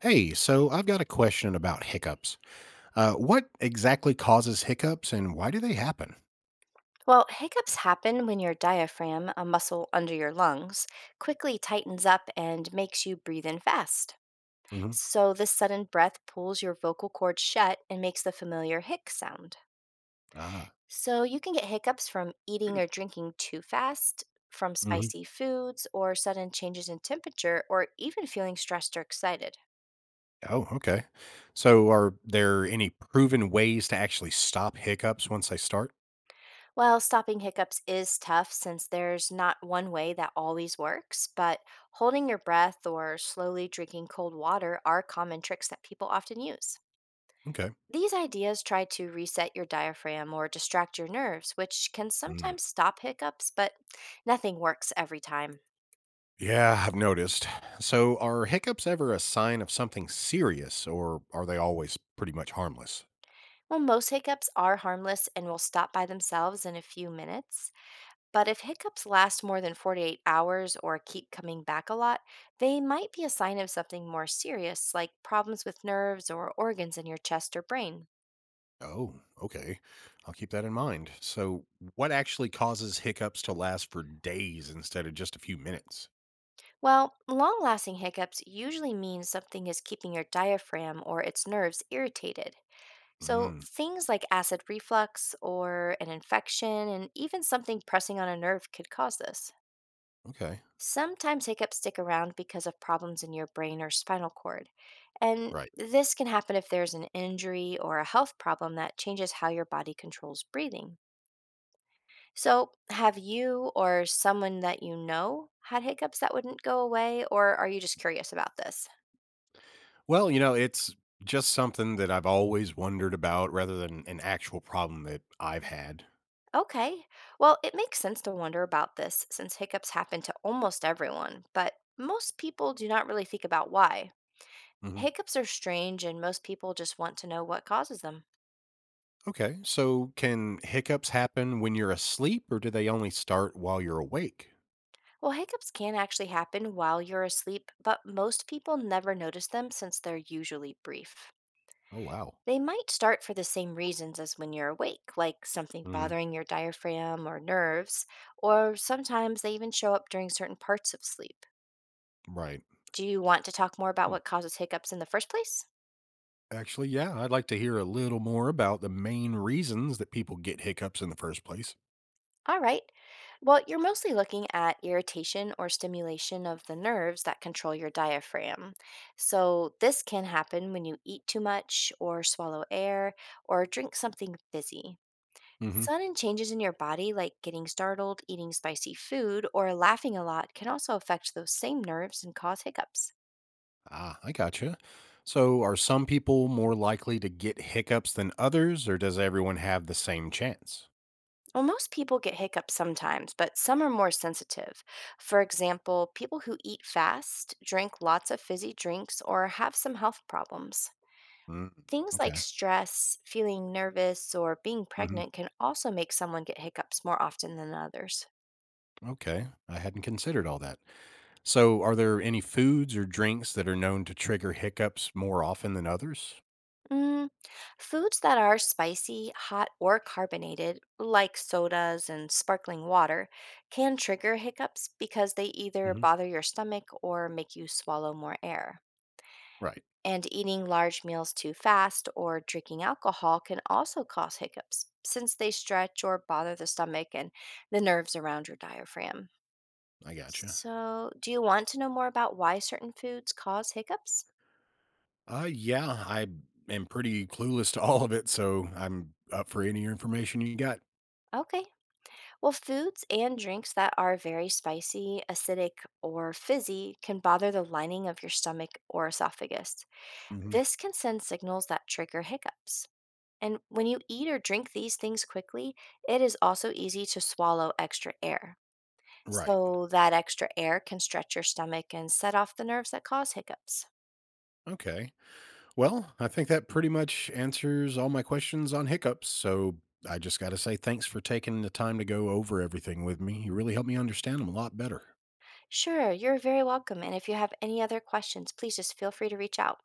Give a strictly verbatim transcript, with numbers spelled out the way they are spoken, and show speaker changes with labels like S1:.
S1: Hey, so I've got a question about hiccups. Uh, what exactly causes hiccups and why do they happen?
S2: Well, hiccups happen when your diaphragm, a muscle under your lungs, quickly tightens up and makes you breathe in fast.
S1: Hmm.
S2: So, this sudden breath pulls your vocal cords shut and makes the familiar hic sound.
S1: Ah,
S2: So, you can get hiccups from eating or drinking too fast, from
S1: hmm,
S2: spicy foods, or sudden changes in temperature, or even feeling stressed or excited.
S1: oh, okay. So, are there any proven ways to actually stop hiccups once they start?
S2: Well, stopping hiccups is tough since there's not one way that always works, but holding your breath or slowly drinking cold water are common tricks that people often use.
S1: Okay.
S2: These ideas try to reset your diaphragm or distract your nerves, which can
S1: Mm.
S2: sometimes stop hiccups, but nothing works every time.
S1: Yeah, I've noticed. So, are hiccups ever a sign of something serious or are they always pretty much harmless?
S2: Well, most hiccups are harmless and will stop by themselves in a few minutes. But if hiccups last more than forty-eight hours or keep coming back a lot, they might be a sign of something more serious, like problems with nerves or organs in your chest or brain.
S1: Oh, okay. I'll keep that in mind. So, what actually causes hiccups to last for days instead of just a few minutes?
S2: Well, long lasting hiccups usually mean something is keeping your diaphragm or its nerves irritated. So,
S1: Mm.
S2: things like acid reflux or an infection, and even something pressing on a nerve could cause this.
S1: Okay.
S2: Sometimes hiccups stick around because of problems in your brain or spinal cord. And
S1: Right.
S2: this can happen if there's an injury or a health problem that changes how your body controls breathing. So, have you or someone that you know had hiccups that wouldn't go away, or are you just curious about this?
S1: Well, you know, it's just something that I've always wondered about rather than an actual problem that I've had.
S2: Okay, well, it makes sense to wonder about this since hiccups happen to almost everyone, but most people do not really think about why.
S1: Hmm.
S2: Hiccups are strange, and most people just want to know what causes them.
S1: Okay. So, can hiccups happen when you're asleep or do they only start while you're awake?
S2: Well, hiccups can actually happen while you're asleep, but most people never notice them since they're usually brief.
S1: Oh, wow.
S2: They might start for the same reasons as when you're awake, like something
S1: Mhm.
S2: bothering your diaphragm or nerves, or sometimes they even show up during certain parts of sleep.
S1: Right.
S2: Do you want to talk more about
S1: Hmm.
S2: what causes hiccups in the first place?
S1: Actually, yeah, I'd like to hear a little more about the main reasons that people get hiccups in the first place.
S2: All right. Well, you're mostly looking at irritation or stimulation of the nerves that control your diaphragm. So, this can happen when you eat too much, or swallow air, or drink something fizzy.
S1: Hmm.
S2: Sudden changes in your body, like getting startled, eating spicy food, or laughing a lot, can also affect those same nerves and cause hiccups.
S1: Ah, I gotcha. So, are some people more likely to get hiccups than others, or does everyone have the same chance?
S2: Well, most people get hiccups sometimes, but some are more sensitive. For example, people who eat fast, drink lots of fizzy drinks, or have some health problems.
S1: Mm.
S2: Things like
S1: Okay.
S2: stress, feeling nervous, or being
S1: Hmm.
S2: pregnant can also make someone get hiccups more often than others.
S1: Okay. I hadn't considered all that. So, are there any foods or drinks that are known to trigger hiccups more often than others?
S2: Mm, Foods that are spicy, hot, or carbonated, like sodas and sparkling water, can trigger hiccups because they either
S1: Hmm.
S2: bother your stomach or make you swallow more air.
S1: Right.
S2: And eating large meals too fast or drinking alcohol can also cause hiccups since they stretch or bother the stomach and the nerves around your diaphragm.
S1: I gotcha.
S2: So, do you want to know more about why certain foods cause hiccups?
S1: Uh, yeah, I am pretty clueless to all of it. So, I'm up for any information you got.
S2: Okay. Well, foods and drinks that are very spicy, acidic, or fizzy can bother the lining of your stomach or esophagus.
S1: Hmm.
S2: This can send signals that trigger hiccups. And when you eat or drink these things quickly, it is also easy to swallow extra air.
S1: Right.
S2: So, that extra air can stretch your stomach and set off the nerves that cause hiccups.
S1: Okay. Well, I think that pretty much answers all my questions on hiccups. So, I just got to say thanks for taking the time to go over everything with me. You really helped me understand them a lot better.
S2: Sure, you're very welcome. And if you have any other questions, please just feel free to reach out.